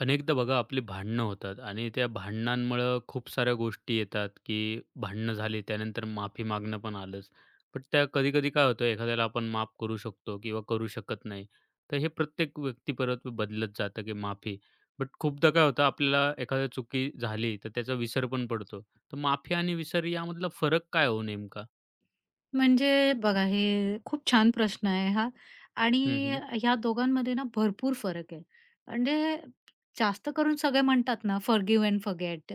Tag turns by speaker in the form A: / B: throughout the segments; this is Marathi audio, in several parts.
A: अनेकदा बघा आपली भांडणं होतात आणि त्या भांडणांमुळं खूप साऱ्या गोष्टी येतात, की भांडणं झाली त्यानंतर माफी मागणं पण आलंच. पण त्या कधी-कधी काय होतं एखाद्याला आपण माफ करू शकतो किंवा करू शकत नाही. तर हे प्रत्येक व्यक्तीपरत्वे बदलत जातं, की माफी. बट खूपदा काय होतं आपल्याला एखादी चुकी झाली तर त्याचा विसर पण पडतो. तर माफी आणि विसर यामधला फरक काय हो नेमका?
B: म्हणजे बघा, हे खूप छान प्रश्न आहे हा आणि
A: हं, हं.
B: ह्या दोघांमध्ये ना भरपूर फरक आहे. म्हणजे जास्त करून सगळे म्हणतात ना फॉरगिव्ह एंड फॉरगेट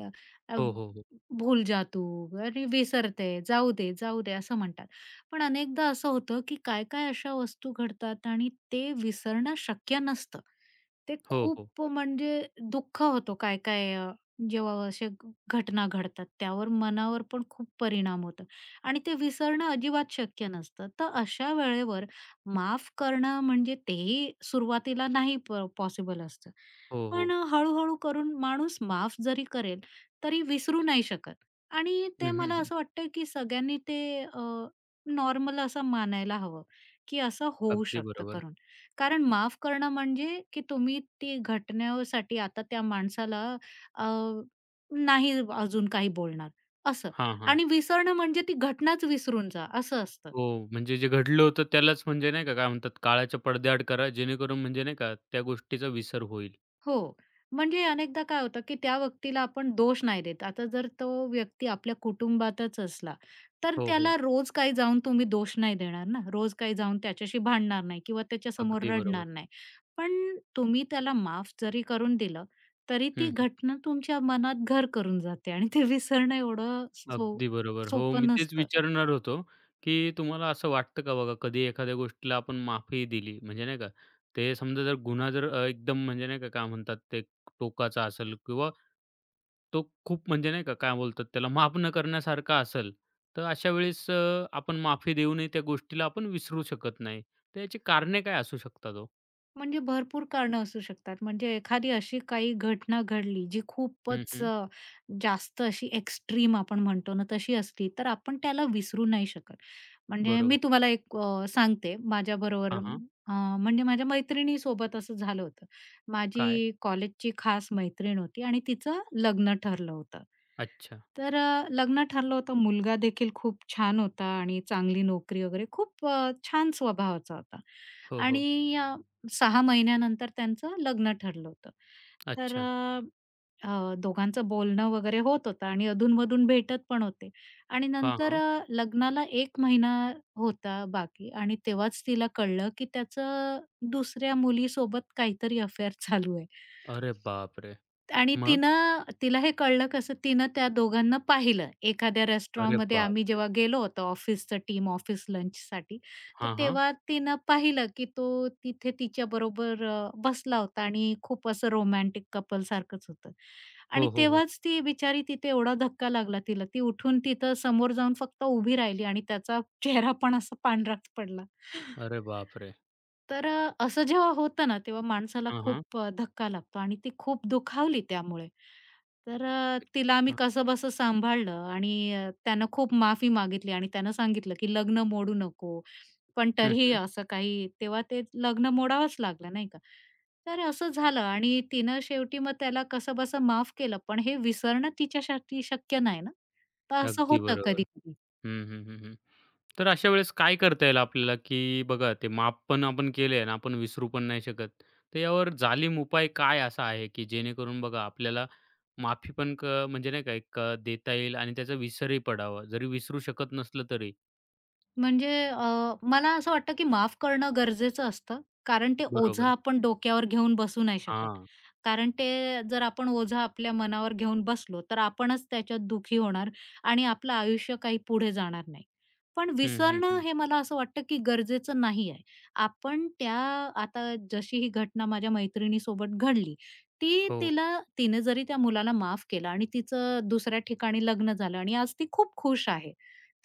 A: हो, हो, हो.
B: भूल जा तू, अरे विसरते, जाऊ दे, जाऊ दे असं म्हणतात. पण अनेकदा असं होतं, की काय-काय अशा वस्तू घडतात आणि ते विसरणं शक्य नसतं. ते
A: हो, हो.
B: खूप म्हणजे दुःख होतो काय-काय जेव्हा अशा घटना घडतात त्यावर मनावर पण खूप परिणाम होतो. आणि ते विसरणं अजिबात शक्य नसतं. तर अशा वेळेवर माफ करणं म्हणजे तेही सुरुवातीला नाही पॉसिबल असतं.
A: हो,
B: पण
A: हो.
B: हळू करून माणूस माफ जरी करेल, तरी विसरू नाही शकत आणि
A: हं,
B: ते
A: हं,
B: मला
A: हं.
B: असं वाटतं, की सगळ्यांनी ते नॉर्मल असं मानायला हवं, की असं होऊ
A: अगदी
B: शकतं
A: बरोबर.
B: करून. कारण माफ करणं म्हणजे, की तुम्ही ती घटनेसाठी आता त्या माणसाला अ, नाही अजून काही बोलणार असं.
A: हां, हां.
B: आणि विसरणं म्हणजे ती घटनाच विसरून जा, असं असतं.
A: हो, म्हणजे जे घडलं होतं त्यालाच म्हणजे नाही का, काय म्हणतात काळाच्या पडद्याआड करा जेणेकरून म्हणजे नाही का त्या गोष्टीचा विसर होईल.
B: हो. म्हणजे अनेकदा काय होतं, की त्या व्यक्तीला आपण दोष नाही देत. आता जर तो व्यक्ती आपल्या कुटुंबातच असला, तर
A: हो, हो.
B: त्याला रोज काही जाऊन तुम्ही दोष नाही देणार ना. रोज काही जाऊन त्याच्याशी भांडणार नाही किंवा त्याच्यासमोर
A: अगदी बरोबर.
B: रडणार नाही. पण तुम्ही त्याला माफ जरी करून दिलं, तरी ती
A: हं, हं.
B: घटना तुमच्या मनात घर करून जाते आणि ते विसरणं एवढं
A: अगदी बरोबर. हो, मी
B: सोपं
A: तेच
B: नसतं.
A: विचारणार होतो, की तुम्हाला असं वाटतं का बघा कधी एखाद्या गोष्टीला आपण माफी दिली म्हणजे नाही का, ते समजा जर गुन्हा जर एकदम म्हणजे नाही का, काय म्हणतात ते टोकाचा असेल किंवा तो खूप म्हणजे नाही का, काय बोलतात त्याला माफ न करण्यासारखा असेल, तर अशा वेळेस आपण माफी देऊनही त्या गोष्टीला आपण विसरू शकत नाही. तर याची कारणे काय असू शकतात हो?
B: म्हणजे भरपूर कारणं असू शकतात. म्हणजे एखादी अशी काही घटना घडली जी
A: हं,
B: खूपच
A: हं.
B: जास्त अशी एक्स्ट्रीम आपण म्हणतो ना, तशी असली, तर आपण त्याला विसरू नाही शकत. म्हणजे
A: बरोबर.
B: मी तुम्हाला एक सांगते माझ्याबरोबर
A: हां, हां.
B: म्हणजे माझ्या मैत्रिणीसोबत असं झालं होतं.
A: काय?
B: माझी कॉलेजची खास मैत्रीण होती आणि तिचं लग्न ठरलं होतं.
A: अच्छा.
B: तर लग्न ठरलं होतं. मुलगा देखील खूप छान होता आणि चांगली नोकरी वगैरे खूप छान स्वभावाचा होता
A: हो, हो.
B: आणि 6 महिन्यानंतर त्यांचं लग्न ठरलं होतं. तर
A: अच्छा.
B: अ, अ, दोघांचं बोलणं वगैरे होत होतं आणि अधूनमधून भेटत पण होते. आणि
A: हां,
B: नंतर
A: हां.
B: लग्नाला एक महिना होता बाकी आणि तेव्हाच तिला कळलं, की त्याचं दुसऱ्या मुलीसोबत काहीतरी अफेअर चालू आहे.
A: अरे बापरे!
B: आणि
A: मग?
B: तिनं तिला हे कळलं कसं, तिनं त्या दोघांना पाहिलं. एखाद्या
A: अरे
B: रेस्टॉरंटमध्ये आम्ही
A: बापरे!
B: जेव्हा गेलो होतो ऑफिसचं टीम ऑफिस लंचसाठी, तर
A: हां, हां.
B: तेव्हा तिनं पाहिलं, की तो तिथे तिच्याबरोबर बसला होता आणि खूप असं रोमॅन्टिक कपलसारखंच होतं. आणि
A: हो, हो, हो.
B: तेव्हाच ती बिचारी तिथे एवढा धक्का लागला तिला. ती उठून तिथं समोर जाऊन फक्त उभी राहिली आणि त्याचा चेहरा पण असा पांढराच पडला.
A: अरे बापरे!
B: तर असं जेव्हा होतं ना, तेव्हा माणसाला
A: हां, हां.
B: खूप धक्का लागतो आणि ती खूप दुखावली त्यामुळे. तर तिला आम्ही
A: अच्छा.
B: कसंबसं सांभाळलं आणि त्यानं खूप माफी मागितली आणि त्यानं सांगितलं, की लग्न मोडू नको. पण
A: हं,
B: तरीही
A: हं.
B: असं काही तेव्हा ते लग्न मोडावंच लागलं नाही का. तर असं झालं आणि तिनं शेवटी मग त्याला कसंबसं माफ केलं, पण हे विसरणं तिच्यासाठी शक्य नाही ना. तर असं
A: अगदी
B: होतं
A: बरोबर.
B: कधी-कधी.
A: हं, हं, हं, हं. तर अशा वेळेस काय करता येईल आपल्याला, की बघा ते माप पण आपण केले आहे आणि आपण विसरू पण नाही शकत. तर यावर जालीम उपाय काय असा आहे, की जेणेकरून बघा आपल्याला माफी पण म्हणजे नाही का एक देता येईल आणि त्याचा विसरही पडावा, जरी विसरू शकत नसलं तरी?
B: म्हणजे मला असं वाटतं की माफ करणं गरजेचं असतं. कारण ते ओझं
A: बरोबर.
B: आपण डोक्यावर घेऊन बसू नाही शकत.
A: हां.
B: कारण ते जर आपण ओझं आपल्या मनावर घेऊन बसलो, तर आपणच त्याच्यात दुखी होणार आणि आपलं आयुष्य काही पुढे जाणार नाही. पण
A: हं, हं,
B: विसरणं
A: हं.
B: हे मला असं वाटतं की गरजेचं नाही आहे. आपण त्या आता जशी ही घटना माझ्या मैत्रिणीसोबत घडली, ती
A: हो.
B: तिला तिने जरी त्या मुलाला माफ केलं आणि तिचं दुसऱ्या ठिकाणी लग्न झालं आणि आज ती खूप खुश आहे.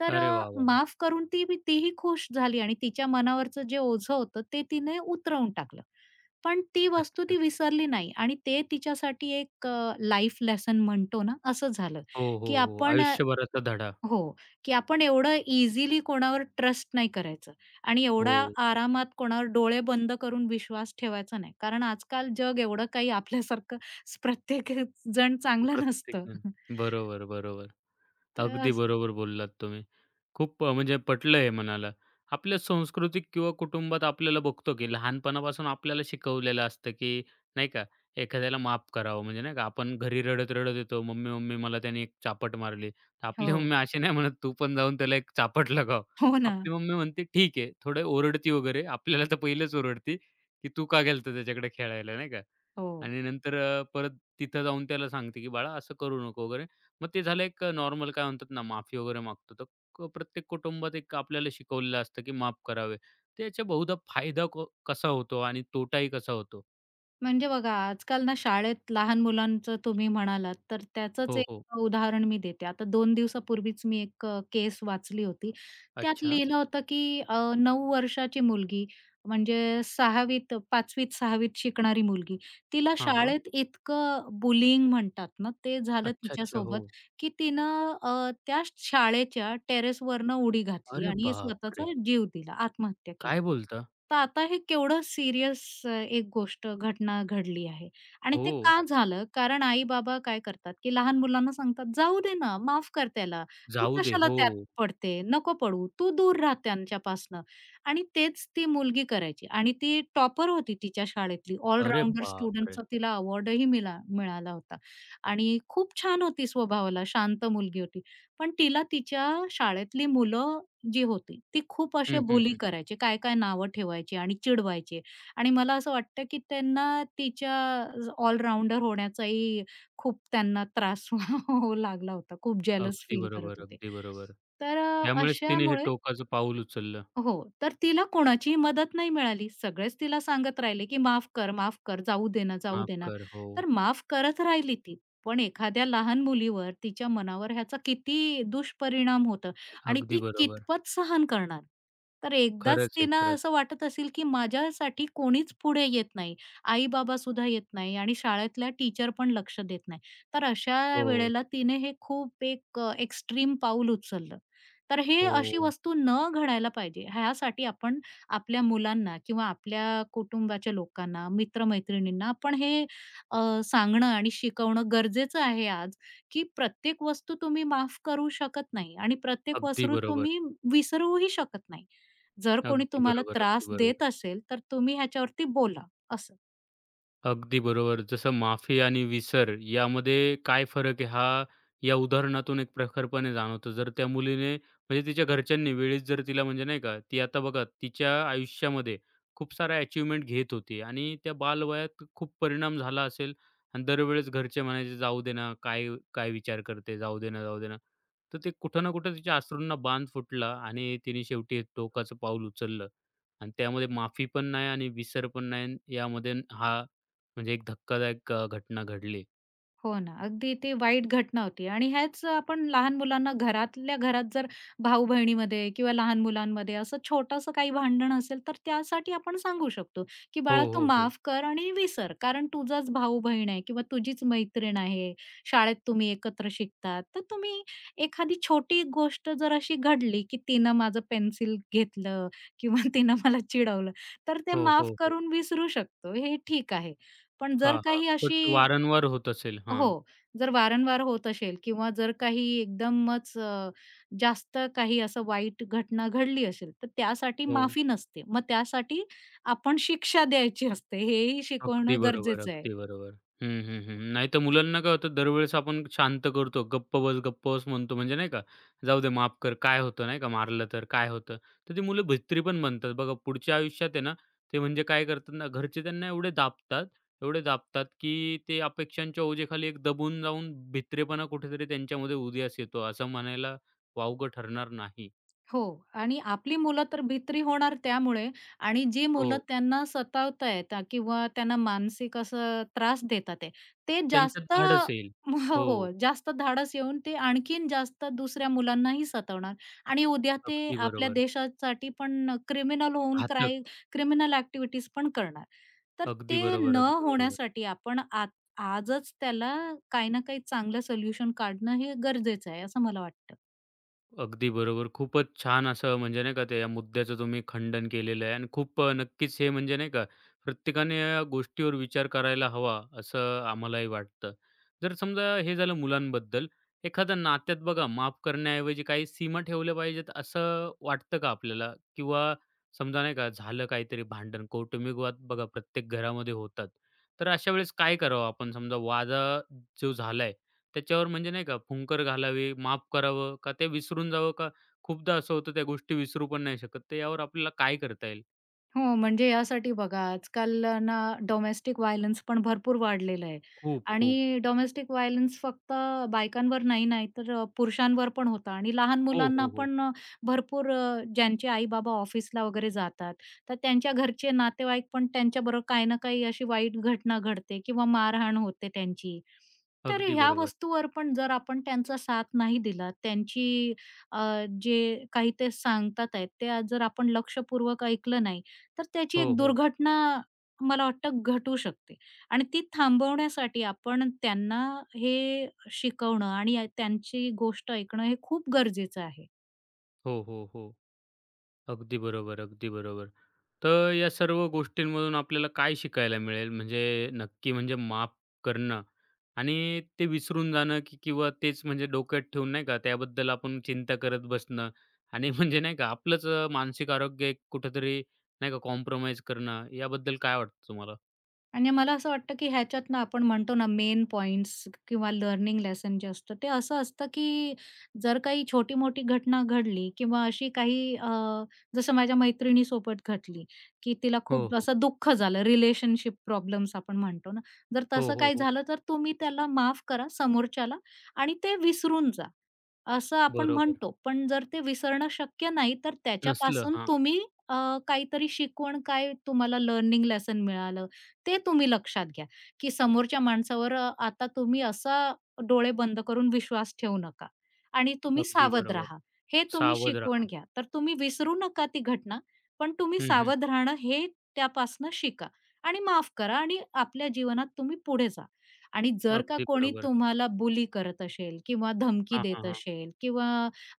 B: तर
A: अरे वाह, वाह, वाह!
B: माफ करून ती बी तीही खुश झाली आणि तिच्या मनावरचं जे ओझं होतं ते तिने उतरवून टाकलं. पण ती वस्तू
A: अच्छा.
B: ती विसरली नाही आणि ते तिच्यासाठी एक लाईफ लेसन म्हणतो ना, असं झालं,
A: हो, हो,
B: की
A: हो.
B: आपण
A: आयुष्यभराचा धडा.
B: हो, की आपण एवढं इझिली कोणावर ट्रस्ट नाही करायचं आणि
A: हो.
B: एवढा आरामात कोणावर डोळे बंद करून विश्वास ठेवायचा नाही. कारण आजकाल जग एवढं काही आपल्यासारखं प्रत्येक जण चांगलं नसतं.
A: प्रत्येकजण. बरोबर, बरोबर.
B: तर
A: अगदी
B: असं.
A: बरोबर बोललात तुम्ही. खूप म्हणजे पटलं हे मनाला. आपल्या सांस्कृतिक किंवा कुटुंबात आपल्याला बघतो, की लहानपणापासून आपल्याला शिकवलेलं असतं, की नाही का, एखाद्याला माफ करावं. म्हणजे नाही का, आपण घरी रडत-रडत येतो, "मम्मी, मम्मी मला त्याने एक चापट मारली." तर आपली
B: हो.
A: मम्मी अशी नाही म्हणत, "तू पण जाऊन त्याला एक चापट लगाव."
B: हो ना.
A: आपली मम्मी म्हणते, "ठीक आहे." थोडं ओरडती वगैरे. आपल्याला तर पहिलेच ओरडती, की "तू का गेला त्याच्याकडे खेळायला?" नाही का?
B: हो.
A: आणि नंतर परत तिथं जाऊन त्याला सांगते, की "बाळा असं करू नको" वगैरे. मग ते झालं एक नॉर्मल काय म्हणतात ना, माफी वगैरे मागतो. तर प्रत्येक कुटुंबात एक आपल्याला शिकवलेलं असतं, की माफ करावे. तर याचा बहुधा फायदा कसा होतो आणि तोटाही कसा होतो?
B: म्हणजे बघा, आजकाल ना शाळेत लहान मुलांचं तुम्ही म्हणालात, तर त्याचंच
A: हो, हो.
B: एक उदाहरण मी देते. आता 2 दिवसापूर्वीच मी एक केस वाचली होती. त्यात
A: अच्छा.
B: लिहिलं होतं, की 9 वर्षाची मुलगी म्हणजे सहावीत पाचवीत-सहावीत शिकणारी मुलगी, तिला
A: हां, हां.
B: शाळेत इतकं बुलिंग म्हणतात ना, ते झालं
A: अच्छा, अच्छा.
B: तिच्यासोबत,
A: हो.
B: की तिनं त्या शाळेच्या टेरेसवरनं उडी घातली
A: अरे
B: आणि
A: बापरे!
B: स्वतःचा जीव दिला, आत्महत्या केली.
A: काय बोलता?
B: तर आता हे केवढं सीरियस एक गोष्ट घटना घडली आहे आणि
A: हो.
B: ते का झालं? कारण आई-बाबा काय करतात, की लहान मुलांना सांगतात, "जाऊ दे ना, माफ कर त्याला. तू
A: जाऊ दे.
B: कशाला
A: हो.
B: त्यात पडते? नको पडू. तू दूर राह त्यांच्यापासनं." आणि तेच ती मुलगी करायची आणि ती टॉपर होती तिच्या शाळेतली.
A: अरे
B: ऑलराउंडर
A: बापरे!
B: स्टुडंटचा तिला अवॉर्डही मिळाला होता आणि खूप छान होती स्वभावाला, शांत मुलगी होती. पण तिला तिच्या शाळेतली मुलं जी होती, ती खूप असे
A: हं, हं,
B: बुली
A: हं.
B: करायची, काय-काय नावं ठेवायची आणि चिडवायची आणि मला असं वाटतं, की त्यांना तिच्या ऑलराउंडर होण्याचाही खूप त्यांना त्रास होऊ लागला होता. खूप जेलस
A: अगदी
B: फील करत
A: बरोबर,
B: होते.
A: अगदी बरोबर.
B: तर
A: त्यामुळेच तिने हे
B: अशामुळे
A: टोकाचं पाऊल उचललं.
B: हो, तर तिला कोणाचीही मदत नाही मिळाली. सगळेच तिला सांगत राहिले, की "माफ कर, माफ कर, जाऊ दे ना, जाऊ
A: माफ
B: दे ना."
A: कर. हो.
B: तर माफ करत राहिली ती. पण एखाद्या लहान मुलीवर, तिच्या मनावर ह्याचा किती दुष्परिणाम होतो आणि
A: अगदी
B: ती
A: बरोबर.
B: कितपत सहन करणार? तर एकदाच
A: खरंच आहे,
B: तिला
A: खरंच.
B: असं वाटत असेल, की माझ्यासाठी कोणीच पुढे येत नाही. आई-बाबा सुद्धा येत नाही आणि शाळेतल्या टीचर पण लक्ष देत नाही. तर अशा
A: हो,
B: वेळेला तिने हे खूप एक एक्स्ट्रीम पाऊल उचललं. तर हे अशी
A: हो.
B: वस्तू न घडायला पाहिजे. ह्यासाठी आपण आपल्या मुलांना किंवा आपल्या कुटुंबाच्या लोकांना, मित्र-मैत्रिणींना आपण हे सांगणं आणि शिकवणं गरजेचं आहे आज, की प्रत्येक वस्तू तुम्ही माफ करू शकत नाही आणि प्रत्येक
A: अगदी
B: वस्तू
A: बरोबर.
B: तुम्ही विसरूही शकत नाही. जर कोणी
A: अगदी
B: तुम्हाला
A: बरोबर, अगदी
B: त्रास देत
A: बरोबर.
B: असेल, तर तुम्ही ह्याच्यावरती बोला असं.
A: अगदी बरोबर. जसं माफी आणि विसर यामध्ये काय फरक आहे हा या उदाहरणातून एक प्रखरपणे जाणवतो. जर त्या मुलीने म्हणजे तिच्या घरच्यांनी वेळीच जर तिला म्हणजे नाही का, ती आता बघा तिच्या आयुष्यामध्ये खूप साऱ्या अचीव्हमेंट घेत होती आणि त्या बालवयात खूप परिणाम झाला असेल आणि दरवेळेस घरचे म्हणायचे, "जाऊ दे ना, काय काय विचार करते? जाऊ दे ना, जाऊ दे ना." तर ते कुठं ना कुठं तिच्या अश्रूंना बांध फुटला आणि तिने शेवटी एक टोकाचं पाऊल उचललं आणि त्यामध्ये माफी पण नाही आणि विसर पण नाही. आणि यामध्ये हा म्हणजे एक धक्कादायक घटना घडली.
B: हो ना. अगदी ती वाईट घटना होती आणि ह्याच आपण लहान मुलांना घरातल्या घरात जर भाऊ-बहिणीमध्ये किंवा लहान मुलांमध्ये असं छोटंसं काही भांडण असेल, तर त्यासाठी आपण सांगू शकतो, की
A: हो,
B: "बाळा तू
A: हो, हो.
B: माफ कर आणि विसर. कारण तुझाच भाऊ-बहीण आहे किंवा तुझीच मैत्रीण आहे. शाळेत तुम्ही एकत्र शिकतात. तर तुम्ही एखादी छोटी गोष्ट जर अशी घडली, की तिनं माझं पेन्सिल घेतलं किंवा तिनं मला चिडवलं, तर ते
A: हो,
B: माफ
A: हो, हो.
B: करून विसरू शकतो. हे ठीक आहे. पण जर
A: हां, हां.
B: काही
A: बट
B: अशी
A: वारंवार होत असेल. हां.
B: हो. जर वारंवार होत असेल किंवा जर काही एकदमच जास्त काही असं वाईट घटना घडली असेल, तर त्यासाठी
A: हो.
B: माफी नसते. मग त्यासाठी आपण शिक्षा द्यायची असते. हेही
A: अगदी
B: शिकवणं
A: बरोबर,
B: गरजेचं आहे.
A: अगदी बरोबर. हं, हं, हं. नाहीतर मुलांना काय होतं दरवेळेस आपण शांत करतो. गप्प बस, गप्प बस म्हणतो म्हणजे नाही का, जाऊ दे माफ कर, काय होतं नाही का, मारलं तर काय होतं. तर ती मुलं भित्री पण बनतात. बघा पुढच्या आयुष्यात आहे ना, ते म्हणजे काय करतात ना, घरचे त्यांना एवढे दाबतात, एवढे दाबतात, की ते अपेक्षांच्या ओझेखाली एक दबून जाऊन भित्रेपणा कुठेतरी त्यांच्यामध्ये उदयास येतो. असं म्हणायला वावगं ठरणार नाही.
B: हो आणि आपली मुलं तर भित्री होणार त्यामुळे आणि जी
A: हो,
B: मुलं त्यांना सतावतायत किंवा त्यांना मानसिक असं त्रास देतात आहे, ते
A: त्यांच्यात
B: जास्त
A: धाडस येईल.
B: हो,
A: हो,
B: हो, जास्त धाडस येऊन ते आणखीन जास्त दुसऱ्या मुलांनाही सतावणार आणि उद्या ते
A: अगदी
B: आपल्या
A: बरोबर.
B: देशासाठी पण क्रिमिनल होऊन
A: घातक.
B: क्रिमिनल ॲक्टिव्हिटीज पण करणार. तर
A: अगदी
B: ते
A: बरोबर,
B: न
A: अगदी बरोबर.
B: होण्यासाठी आपण आ आजच त्याला काही ना काही चांगलं सोल्युशन काढणं हे गरजेचं आहे, असं मला वाटतं.
A: अगदी बरोबर. खूपच छान असं म्हणजे नाही का ते या मुद्द्याचं तुम्ही खंडन केलेलं आहे आणि खूप नक्कीच हे म्हणजे नाही का प्रत्येकाने या गोष्टीवर विचार करायला हवा असं आम्हालाही वाटतं. जर समजा हे झालं मुलांबद्दल. एखाद्या नात्यात बघा माफ करण्याऐवजी काही सीमा ठेवल्या पाहिजेत असं वाटतं का आपल्याला? किंवा समजा नाही का झालं काहीतरी भांडण, कौटुंबिक वाद बघा प्रत्येक घरामध्ये होतात. तर अशा वेळेस काय करावं आपण समजा वाद जो झालाय त्याच्यावर म्हणजे नाही का फुंकर घालावी, माफ करावं का ते विसरून जावं का खूपदा असं होतं त्या गोष्टी विसरू पण नाही शकत. तर यावर आपल्याला काय करता येईल?
B: हो, म्हणजे यासाठी बघा आजकाल ना डोमेस्टिक व्हायलन्स पण भरपूर वाढलेलं आहे
A: खूप, खूप.
B: आणि डोमेस्टिक व्हायलन्स फक्त बायकांवर नाही, नाही तर पुरुषांवर पण होतं आणि लहान
A: हो,
B: मुलांना
A: हो, हो.
B: पण भरपूर ज्यांचे आई-बाबा ऑफिसला वगैरे जातात, तर त्यांच्या घरचे नातेवाईक पण त्यांच्याबरोबर काही ना काही अशी वाईट घटना घडते किंवा मारहाण होते त्यांची. तर
A: अगदी
B: ह्या
A: बरोबर.
B: वस्तूवर पण जर आपण त्यांचा साथ नाही दिला, त्यांची अ, जे काही ते सांगतात आहेत, ते जर आपण लक्षपूर्वक ऐकलं नाही, तर त्याची
A: हो,
B: एक
A: हो.
B: दुर्घटना मला वाटतं घटू शकते आणि ती थांबवण्यासाठी आपण त्यांना हे शिकवणं आणि त्यांची गोष्ट ऐकणं हे खूप गरजेचं आहे.
A: हो, हो, हो. अगदी बरोबर, अगदी बरोबर. तर या सर्व गोष्टींमधून आपल्याला काय शिकायला मिळेल? म्हणजे नक्की म्हणजे माफ करणं आणि ते विसरून जाणं की किंवा तेच म्हणजे डोक्यात ठेवून नाही का त्याबद्दल आपण चिंता करत बसणं आणि म्हणजे नाही का आपलंच मानसिक आरोग्य एक कुठेतरी नाही का कॉम्प्रोमाईज करणं याबद्दल काय वाटतं तुम्हाला?
B: आणि मला असं वाटतं, की ह्याच्यातनं आपण म्हणतो ना मेन पॉइंट्स किंवा लर्निंग लेसन जे असतं ते असं असतं, की जर काही छोटी-मोठी घटना घडली किंवा अशी काही जसं माझ्या मैत्रिणीसोबत घडली, की तिला
A: हो,
B: खूप
A: हो.
B: असं दुःख झालं रिलेशनशिप प्रॉब्लेम्स आपण म्हणतो ना. जर
A: हो,
B: तसं
A: हो,
B: काही
A: हो.
B: झालं तर तुम्ही त्याला माफ करा समोरच्याला आणि ते विसरून जा, असं आपण
A: बरोबर.
B: म्हणतो. पण जर ते विसरणं शक्य नाही तर
A: नसलं.
B: त्याच्यापासून
A: हां.
B: तुम्ही अ, काहीतरी शिकवण काय तुम्हाला लर्निंग लेसन मिळालं ते तुम्ही लक्षात घ्या, की समोरच्या माणसावर आता तुम्ही असा डोळे बंद करून विश्वास ठेवू नका आणि तुम्ही
A: अगदी
B: सावध
A: बरोबर.
B: राहा. हे तुम्ही
A: सावध
B: शिकवण
A: राहा.
B: घ्या. तर तुम्ही विसरू नका ती घटना, पण तुम्ही
A: हं, हं.
B: सावध राहणं हे त्यापासनं शिका आणि माफ करा आणि आपल्या जीवनात तुम्ही पुढे जा. आणि जर का
A: अगदी
B: कोणी
A: बरोबर.
B: तुम्हाला बुली करत असेल किंवा धमकी
A: हां, हां,
B: देत
A: हां.
B: असेल किंवा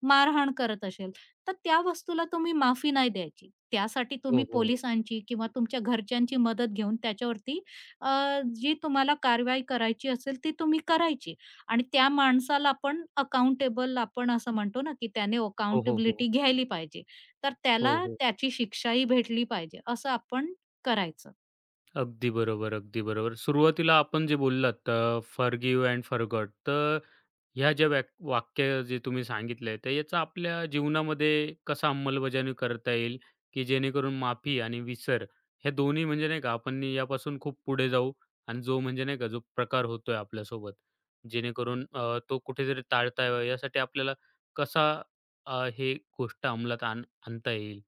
B: मारहाण करत असेल, तर त्या वस्तूला तुम्ही माफी नाही द्यायची. त्यासाठी
A: हो,
B: तुम्ही
A: हो, हो.
B: पोलिसांची किंवा तुमच्या घरच्यांची मदत घेऊन त्याच्यावरती जी तुम्हाला कारवाई करायची असेल ती तुम्ही करायची आणि त्या माणसाला आपण अकाउंटेबल आपण असं म्हणतो ना, की त्याने
A: हो, हो, हो.
B: अकाउंटेबिलिटी घ्यायली पाहिजे. तर त्याला
A: हो, हो.
B: त्याची शिक्षाही भेटली पाहिजे असं आपण करायचं.
A: अगदी बरोबर, अगदी बरोबर. सुरुवातीला आपण जे बोललात फॉरगिव्ह अँड फॉरगॉट. तर ह्या ज्या वाक्य जे तुम्ही सांगितलंय, तर याचा आपल्या जीवनामध्ये कसा अंमलबजावणी करता येईल, की जेणेकरून माफी आणि विसर हे दोन्ही म्हणजे नाही का आपण यापासून खूप पुढे जाऊ आणि जो म्हणजे नाही का जो प्रकार होतोय आपल्यासोबत, जेणेकरून तो कुठेतरी टाळता यावा यासाठी आपल्याला कसा हे गोष्ट अंमलात आणता येईल?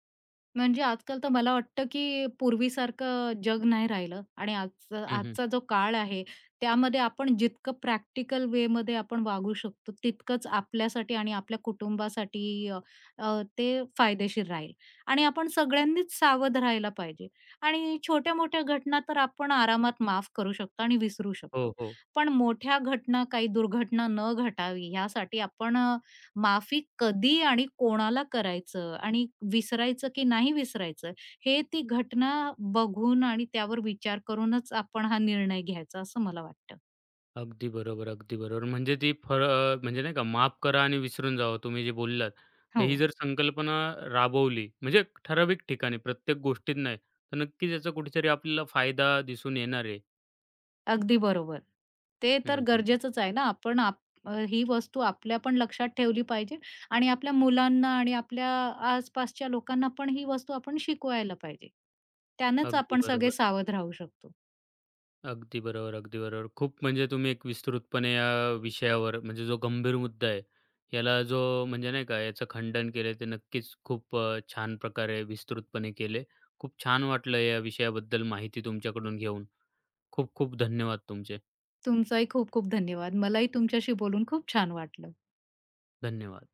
B: म्हणजे आजकाल तर मला वाटतं, की पूर्वीसारखं जग नाही राहिलं आणि आजचा
A: हं, हं.
B: आजचा जो काळ आहे, त्यामध्ये आपण जितकं प्रॅक्टिकल वेमध्ये आपण वागू शकतो, तितकंच आपल्यासाठी आणि आपल्या कुटुंबासाठी अ, अ, ते फायदेशीर राहील आणि आपण सगळ्यांनीच सावध राहायला पाहिजे आणि छोट्या-मोठ्या घटना तर आपण आरामात माफ करू शकतो आणि विसरू
A: हो,
B: शकतो.
A: हो.
B: पण मोठ्या घटना, काही दुर्घटना न घटावी यासाठी आपण माफी कधी आणि कोणाला करायचं आणि विसरायचं की नाही विसरायचं, हे ती घटना बघून आणि त्यावर विचार करूनच आपण हा निर्णय घ्यायचा असं मला वाटतं.
A: अगदी बरोबर, अगदी बरोबर. म्हणजे ती फळ म्हणजे नाही का माफ करा आणि विसरून जावं तुम्ही जे बोललात. तर ही
B: हो,
A: जर संकल्पना राबवली म्हणजे ठराविक ठिकाणी प्रत्येक गोष्टीत नाही, तर नक्कीच याचा कुठेतरी आपल्याला फायदा दिसून येणार आहे.
B: अगदी बरोबर. ते तर
A: हं, हं, हं.
B: गरजेचंच आहे ना. ही वस्तू आपल्या पण लक्षात ठेवली पाहिजे आणि आपल्या मुलांना आणि आपल्या आसपासच्या लोकांना पण ही वस्तू आपण शिकवायला पाहिजे. त्यानंच
A: अगदी
B: आपण सगळे
A: बरोबर,
B: सावध राहू शकतो.
A: अगदी बरोबर, अगदी बरोबर. खूप म्हणजे तुम्ही एक विस्तृतपणे या विषयावर म्हणजे जो गंभीर मुद्दा आहे, याला जो म्हणजे नाही का याचं खंडन केलं ते नक्कीच खूप छान प्रकारे विस्तृतपणे केले. खूप छान वाटलं या विषयाबद्दल माहिती तुमच्याकडून घेऊन. खूप खूप धन्यवाद तुमचे.
B: तुमचाही खूप खूप धन्यवाद. मलाही तुमच्याशी बोलून खूप छान वाटलं.
A: धन्यवाद.